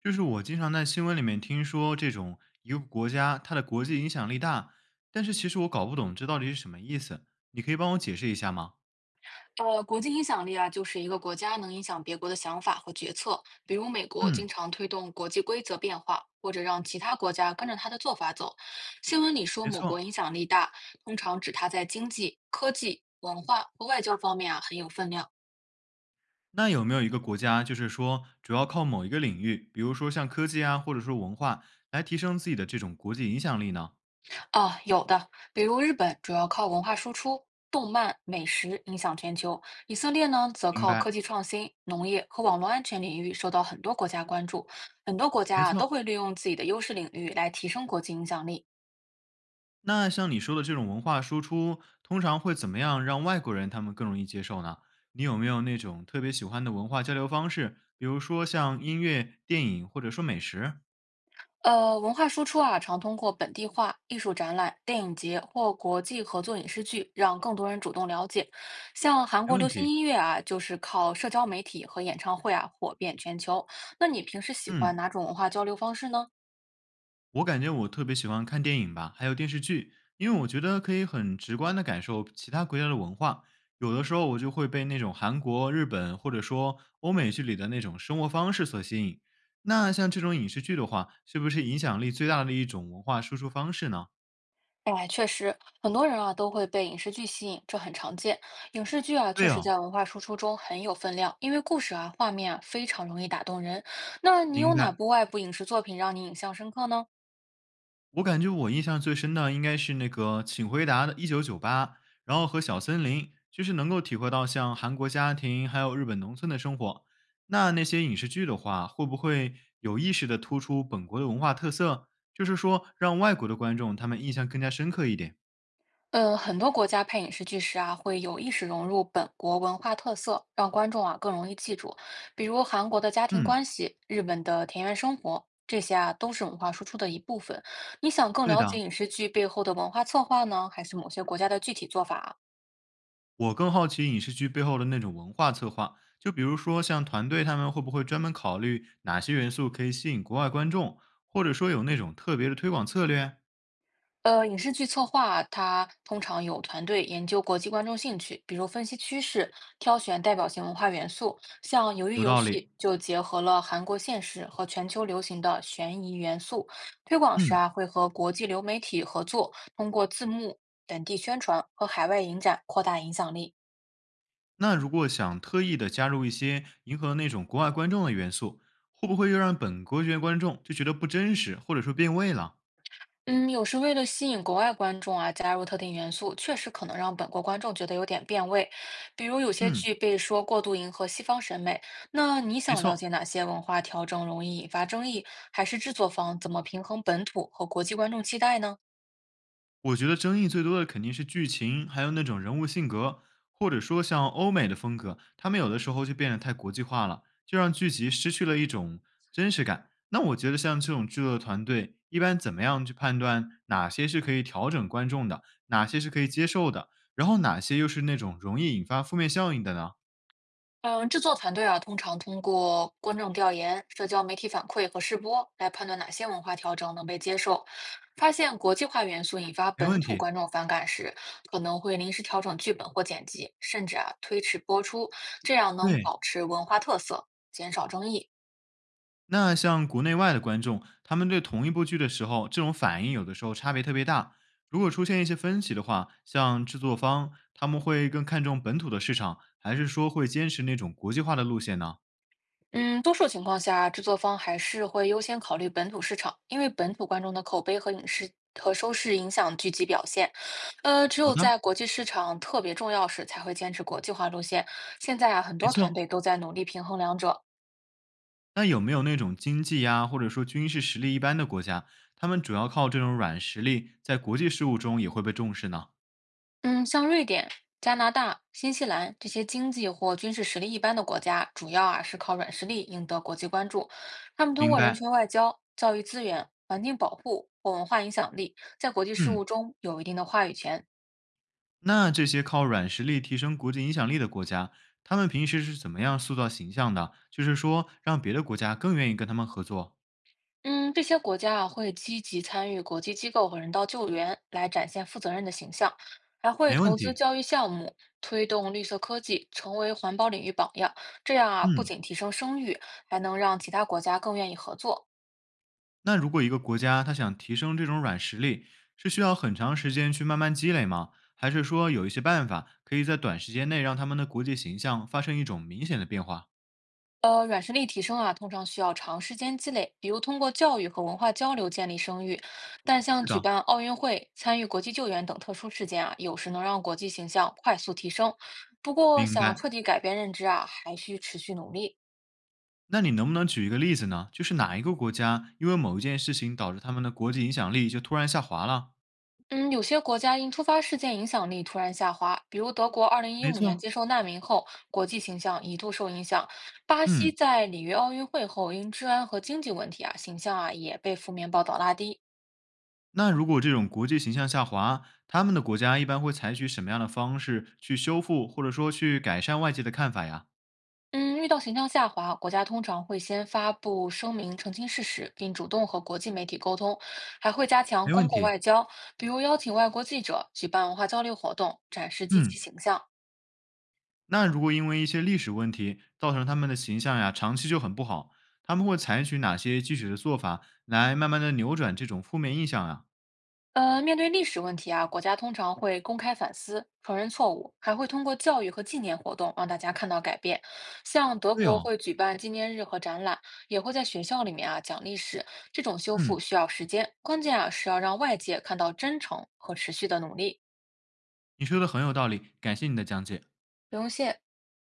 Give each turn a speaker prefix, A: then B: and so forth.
A: 就是我经常在新闻里面听说这种一个国家它的国际影响力大，但是其实我搞不懂这到底是什么意思，你可以帮我解释一下吗？
B: 国际影响力啊，就是一个国家能影响别国的想法和决策。比如美国经
A: 嗯。
B: 常推动国际规则变化，或者让其他国家跟着他的做法走。新闻里说
A: 没
B: 某国
A: 错。
B: 影响力大，通常指它在经济、科技、文化和外交方面啊很有分量。
A: 那有没有一个国家就是说主要靠某一个领域，比如说像科技啊，或者说文化来提升自己的这种国际影响力呢？
B: 啊，有的，比如日本主要靠文化输出、动漫、美食影响全球；以色列呢，则
A: 明
B: 靠
A: 白。
B: 科技创新、农业和网络安全领域受到很多国家关注。很多国
A: 没
B: 家啊，都
A: 错。
B: 会利用自己的优势领域来提升国际影响力。
A: 那像你说的这种文化输出，通常会怎么样让外国人他们更容易接受呢？你有没有那种特别喜欢的文化交流方式？比如说像音乐、电影，或者说美食？
B: 文化输出啊，常通过本地化、艺术展览、电影节或国际合作影视剧，让更多人主动了解。像韩
A: 没
B: 国
A: 问
B: 流行
A: 题。
B: 音乐啊，就是靠社交媒体和演唱会啊火遍全球。那你平时喜欢
A: 嗯，
B: 哪种文化交流方式呢？
A: 我感觉我特别喜欢看电影吧，还有电视剧，因为我觉得可以很直观的感受其他国家的文化。有的时候我就会被那种韩国、日本或者说欧美剧里的那种生活方式所吸引。那像这种影视剧的话，是不是影响力最大的一种文化输出方式呢？
B: 哎，确实，很多人啊都会被影视剧吸引，这很常见。影视剧啊，确
A: 对
B: 实
A: 哦。
B: 在文化输出中很有分量，因为故事啊、画面啊非常容易打动人。那你有
A: 明
B: 哪
A: 白。
B: 部外部影视作品让你印象深刻呢？
A: 我感觉我印象最深的应该是那个《请回答》的1998，然后和《小森林》，就是能够体会到像韩国家庭还有日本农村的生活。那那些影视剧的话，会不会有意识的突出本国的文化特色？就是说，让外国的观众他们印象更加深刻一点。
B: 嗯，很多国家拍影视剧时啊，会有意识融入本国文化特色，让观众啊更容易记住。比如韩国的家庭
A: 嗯。
B: 关系、日本的田园生活，这些啊都是文化输出的一部分。你想更
A: 对
B: 了解
A: 的。
B: 影视剧背后的文化策划呢，还是某些国家的具体做法啊？
A: 我更好奇影视剧背后的那种文化策划，就比如说像团队他们会不会专门考虑哪些元素可以吸引国外观众，或者说有那种特别的推广策略？
B: 影视剧策划它通常有团队研究国际观众兴趣，比如分析趋势，挑选代表性文化元素。像《鱿鱼
A: 有
B: 游
A: 道
B: 戏》
A: 理。
B: 就结合了韩国现实和全球流行的悬疑元素。推广时
A: 嗯。
B: 啊，会和国际流媒体合作，通过字幕、本地宣传和海外影展扩大影响力。
A: 那如果想特意的加入一些迎合那种国外观众的元素，会不会又让本国学观众就觉得不真实，或者说变味了？
B: 嗯，有时为了吸引国外观众啊，加入特定元素，确实可能让本国观众觉得有点变味。比如有些
A: 嗯。
B: 剧被说过度迎合西方审美，那你
A: 没
B: 想了解
A: 错。
B: 哪些文化调整容易引发争议，还是制作方怎么平衡本土和国际观众期待呢？
A: 我觉得争议最多的肯定是剧情，还有那种人物性格，或者说像欧美的风格，他们有的时候就变得太国际化了，就让剧集失去了一种真实感。那我觉得像这种制作团队，一般怎么样去判断哪些是可以调整观众的，哪些是可以接受的，然后哪些又是那种容易引发负面效应的呢？
B: 嗯，制作团队啊，通常通过观众调研、社交媒体反馈和试播来判断哪些文化调整能被接受。发现国际化元素引发
A: 没
B: 本
A: 问
B: 土
A: 题。
B: 观众反感时，可能会临时调整剧本或剪辑，甚至啊推迟播出，这样能
A: 对。
B: 保持文化特色，减少争议。
A: 那像国内外的观众，他们对同一部剧的时候，这种反应有的时候差别特别大。如果出现一些分歧的话，像制作方他们会更看重本土的市场，还是说会坚持那种国际化的路线呢？
B: 嗯，多数情况下，制作方还是会优先考虑本土市场，因为本土观众的口碑和影视和收视影响剧集表现。只
A: 好
B: 有
A: 的。
B: 在国际市场特别重要时，才会坚持国际化路线。现在啊，很
A: 没
B: 多团
A: 错。
B: 队都在努力平衡两者。
A: 那有没有那种经济呀，或者说军事实力一般的国家，他们主要靠这种软实力，在国际事务中也会被重视呢？
B: 嗯，像瑞典、加拿大、新西兰这些经济或军事实力一般的国家，主要啊是靠软实力赢得国际关注。他们通
A: 明
B: 过人
A: 白。
B: 权外交、教育资源、环境保护或文化影响力，在国际事务
A: 嗯。
B: 中有一定的话语权。
A: 那这些靠软实力提升国际影响力的国家，他们平时是怎么样塑造形象的？就是说，让别的国家更愿意跟他们合作。
B: 嗯，这些国家啊会积极参与国际机构和人道救援，来展现负责任的形象，还会
A: 没问
B: 投资
A: 题。
B: 教育项目，推动绿色科技，成为环保领域榜样。这样啊，不
A: 嗯。
B: 仅提升声誉，还能让其他国家更愿意合作。
A: 那如果一个国家它想提升这种软实力，是需要很长时间去慢慢积累吗？还是说有一些办法可以在短时间内让他们的国际形象发生一种明显的变化？
B: 软实力提升啊，通常需要长时间积累，比如通过教育和文化交流建立声誉。但像
A: 是
B: 举
A: 的。
B: 办奥运会、参与国际救援等特殊事件啊，有时能让国际形象快速提升。不过，
A: 明
B: 想彻
A: 白。
B: 底改变认知啊，还需持续努力。
A: 那你能不能举一个例子呢？就是哪一个国家因为某一件事情导致他们的国际影响力就突然下滑了？
B: 嗯，有些国家因突发事件影响力突然下滑，比如德国
A: 没
B: 2015年
A: 错。
B: 接受难民后，国际形象一度受影响；巴西
A: 嗯。
B: 在里约奥运会后，因治安和经济问题啊，形象啊也被负面报道拉低。
A: 那如果这种国际形象下滑，他们的国家一般会采取什么样的方式去修复，或者说去改善外界的看法呀？
B: 嗯，遇到形象下滑，国家通常会先发布声明澄清事实，并主动和国际媒体沟通，还会加强
A: 没
B: 公
A: 问
B: 共
A: 题。
B: 外交，比如邀请外国记者举办文化交流活动，展示积极
A: 嗯。
B: 形象。
A: 那如果因为一些历史问题造成他们的形象呀，长期就很不好，他们会采取哪些具体的做法来慢慢的扭转这种负面印象啊？
B: 面对历史问题啊，国家通常会公开反思、承认错误，还会通过教育和纪念活动让大家看到改变。像德
A: 对
B: 国
A: 哦。
B: 会举办纪念日和展览，也会在学校里面啊讲历史。这种修复
A: 嗯。
B: 需要时间，关键啊是要让外界看到真诚和持续的努力。
A: 你说的很有道理，感谢你的讲解。
B: 不用谢。